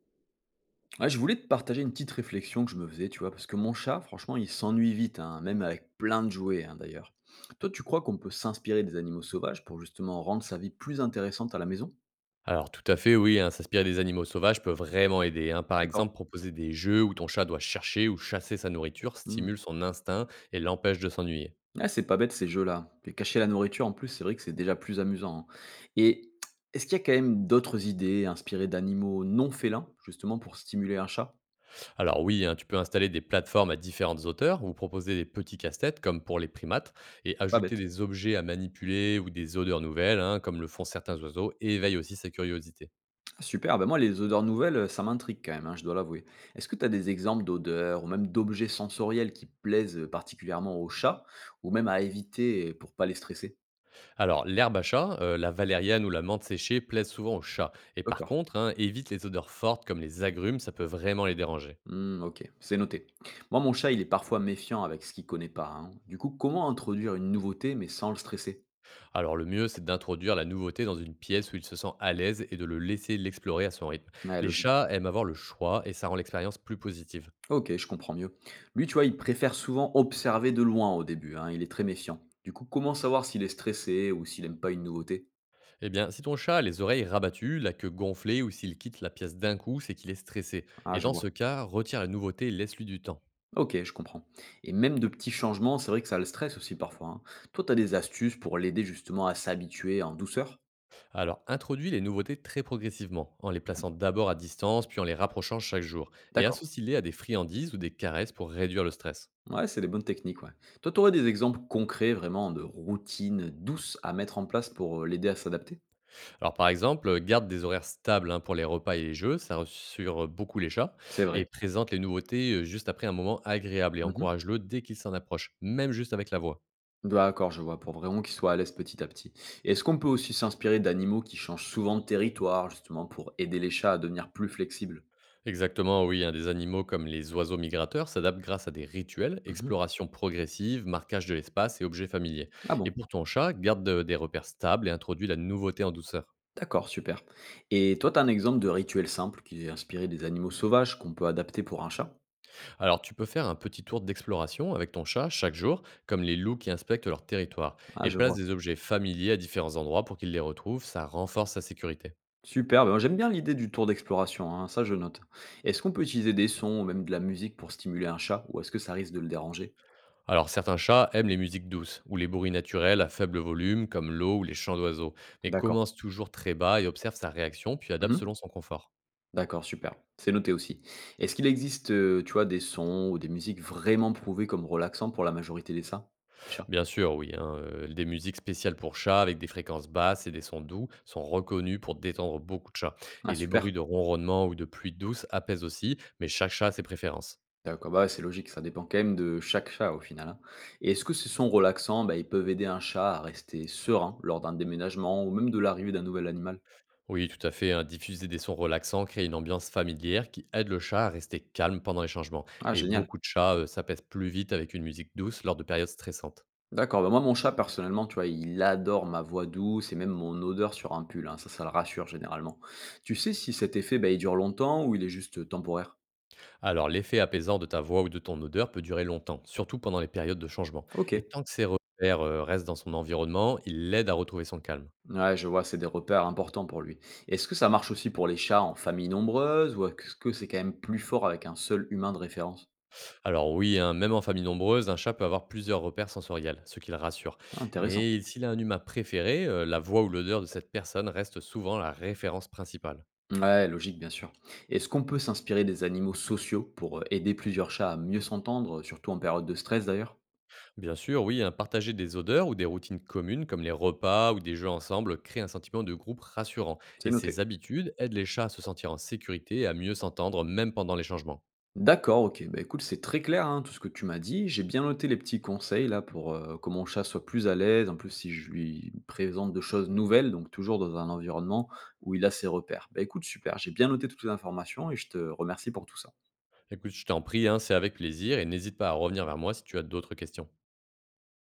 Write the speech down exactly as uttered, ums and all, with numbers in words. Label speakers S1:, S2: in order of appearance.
S1: Ouais, je voulais te partager une petite réflexion que je me faisais, tu vois, parce que mon chat, franchement, il s'ennuie vite, hein, même avec plein de jouets, hein, d'ailleurs. Toi, tu crois qu'on peut s'inspirer des animaux sauvages pour justement rendre sa vie plus intéressante à la maison?
S2: Alors tout à fait, oui, hein, s'inspirer des animaux sauvages peut vraiment aider, hein. Par
S1: D'accord.
S2: exemple, proposer des jeux où ton chat doit chercher ou chasser sa nourriture
S1: Hmm.
S2: stimule son instinct et l'empêche de s'ennuyer.
S1: Ah, c'est pas bête ces jeux-là. Et cacher la nourriture, en plus, c'est vrai que c'est déjà plus amusant, hein. Et est-ce qu'il y a quand même d'autres idées inspirées d'animaux non félins, justement, pour stimuler un chat?
S2: Alors oui, hein, tu peux installer des plateformes à différentes hauteurs ou proposer des petits casse-têtes comme pour les primates, et
S1: Pas
S2: ajouter
S1: bête.
S2: des objets à manipuler ou des odeurs nouvelles, hein, comme le font certains oiseaux et éveille aussi sa curiosité.
S1: Ah, super, ah, ben moi les odeurs nouvelles, ça m'intrigue quand même, hein, je dois l'avouer. Est-ce que tu as des exemples d'odeurs ou même d'objets sensoriels qui plaisent, euh, particulièrement aux chats ou même à éviter, pour pas les stresser?
S2: Alors l'herbe à chat, euh, la valériane ou la menthe séchée plaisent souvent aux chats et par
S1: D'accord.
S2: contre, hein, évite les odeurs fortes comme les agrumes, ça peut vraiment les déranger.
S1: Mmh, OK, c'est noté. Moi mon chat, il est parfois méfiant avec ce qu'il connaît pas, hein. Du coup, comment introduire une nouveauté mais sans le stresser?
S2: Alors le mieux, c'est d'introduire la nouveauté dans une pièce où il se sent à l'aise et de le laisser l'explorer à son rythme.
S1: Ouais,
S2: Les
S1: logique.
S2: chats aiment avoir le choix et ça rend l'expérience plus positive.
S1: OK, je comprends mieux. Lui, tu vois, il préfère souvent observer de loin au début, hein, il est très méfiant. Du coup, comment savoir s'il est stressé ou s'il aime pas une nouveauté?
S2: Eh bien, si ton chat a les oreilles rabattues, la queue gonflée ou s'il quitte la pièce d'un coup, c'est qu'il est stressé.
S1: Ah,
S2: Et
S1: je
S2: dans
S1: vois.
S2: ce cas, retire la nouveauté et laisse-lui du temps.
S1: OK, je comprends. Et même de petits changements, c'est vrai que ça le stresse aussi parfois, hein. Toi, tu as des astuces pour l'aider justement à s'habituer en douceur?
S2: Alors introduis les nouveautés très progressivement, en les
S1: Mmh.
S2: plaçant d'abord à distance puis en les rapprochant chaque jour, et
S1: D'accord.
S2: associe-les à des friandises ou des caresses pour réduire le stress.
S1: Ouais, c'est des bonnes techniques, ouais. Toi, tu aurais des exemples concrets vraiment de routines douces à mettre en place pour, heu, l'aider à s'adapter?
S2: Alors par exemple, euh, garde des horaires stables, hein, pour les repas et les jeux, ça rassure, euh, beaucoup les chats
S1: C'est vrai.
S2: et présente les nouveautés, heu, juste après un moment agréable et
S1: Mmh.
S2: encourage-le dès qu'il s'en approche, même juste avec la voix.
S1: D'accord, je vois, pour vraiment qu'il soit à l'aise petit à petit. Et est-ce qu'on peut aussi s'inspirer d'animaux qui changent souvent de territoire justement pour aider les chats à devenir plus flexibles?
S2: Exactement, oui, hein, des animaux comme les oiseaux migrateurs s'adaptent grâce à des rituels,
S1: Mmh.
S2: exploration progressive, marquage de l'espace et objets familiers.
S1: Ah
S2: Et
S1: bon?
S2: pour ton chat, garde, heu, des repères stables et introduis la nouveauté en douceur.
S1: D'accord, super. Et toi, tu as un exemple de rituel simple qui est inspiré des animaux sauvages qu'on peut adapter pour un chat?
S2: Alors, tu peux faire un petit tour d'exploration avec ton chat chaque jour, comme les loups qui inspectent leur territoire,
S1: Ah,
S2: et
S1: je
S2: place
S1: vois.
S2: des objets familiers à différents endroits pour qu'ils les retrouvent, ça renforce sa sécurité.
S1: Super, ben, moi, j'aime bien l'idée du tour d'exploration, hein, ça je note. Est-ce qu'on peut utiliser des sons ou même de la musique pour stimuler un chat ou est-ce que ça risque de le déranger?
S2: Alors, certains chats aiment les musiques douces, ou les bruits naturels à faible volume, comme l'eau ou les chants d'oiseaux, mais
S1: D'accord.
S2: commence toujours très bas et observe sa réaction, puis adapte
S1: Mhm.
S2: selon son confort.
S1: D'accord, super. C'est noté aussi. Est-ce qu'il existe, euh, tu vois, des sons ou des musiques vraiment prouvées comme relaxants pour la majorité des chats? Des chats?
S2: Bien sûr, oui, hein, euh, des musiques spéciales pour chats, avec des fréquences basses et des sons doux, sont reconnus pour détendre beaucoup de chats.
S1: Ah,
S2: Et les
S1: super.
S2: bruits de ronronnement ou de pluie douce apaisent aussi, mais chaque chat a ses préférences.
S1: D'accord, bah, ouais, c'est logique, ça dépend quand même de chaque chat au final, hein. Et est-ce que ces sons relaxants, bah, ils peuvent aider un chat à rester serein lors d'un déménagement ou même de l'arrivée d'un nouvel animal?
S2: Oui, tout à fait, hein. Diffuser des sons relaxants crée une ambiance familière qui aide le chat à rester calme pendant les changements.
S1: Ah,
S2: Et
S1: génial.
S2: beaucoup de chats euh, s'apaisent plus vite avec une musique douce lors de périodes stressantes.
S1: D'accord, bah, moi mon chat personnellement, tu vois, il adore ma voix douce et même mon odeur sur un pull, hein, Ça, ça le rassure généralement. Tu sais si cet effet, bah, il dure longtemps ou il est juste euh, temporaire?
S2: Alors, l'effet apaisant de ta voix ou de ton odeur peut durer longtemps, surtout pendant les périodes de changement.
S1: Ok.
S2: Et tant que ces repères euh, restent dans son environnement, il l'aide à retrouver son calme.
S1: Ouais, je vois, c'est des repères importants pour lui. Est-ce que ça marche aussi pour les chats en famille nombreuse ou est-ce que c'est quand même plus fort avec un seul humain de référence?
S2: Alors oui, hein, même en famille nombreuse, un chat peut avoir plusieurs repères sensoriels, ce qui le rassure.
S1: Ah, intéressant.
S2: Mais s'il a un humain préféré, euh, la voix ou l'odeur de cette personne reste souvent la référence principale.
S1: Ouais, logique, bien sûr. Est-ce qu'on peut s'inspirer des animaux sociaux pour euh, aider plusieurs chats à mieux s'entendre, euh, surtout en période de stress d'ailleurs?
S2: Bien sûr, oui, hein, partager des odeurs ou des routines communes comme les repas ou des jeux ensemble crée un sentiment de groupe rassurant
S1: C'est
S2: et ces
S1: noté.
S2: habitudes aident les chats à se sentir en sécurité et à mieux s'entendre même pendant les changements.
S1: D'accord, ok. Bah écoute, c'est très clair hein, tout ce que tu m'as dit. J'ai bien noté les petits conseils là pour euh, que mon chat soit plus à l'aise. En plus, si je lui présente de choses nouvelles, donc toujours dans un environnement où il a ses repères. Bah écoute, super. J'ai bien noté toutes les informations et je te remercie pour tout ça.
S2: Écoute, je t'en prie, hein, c'est avec plaisir et n'hésite pas à revenir vers moi si tu as d'autres questions.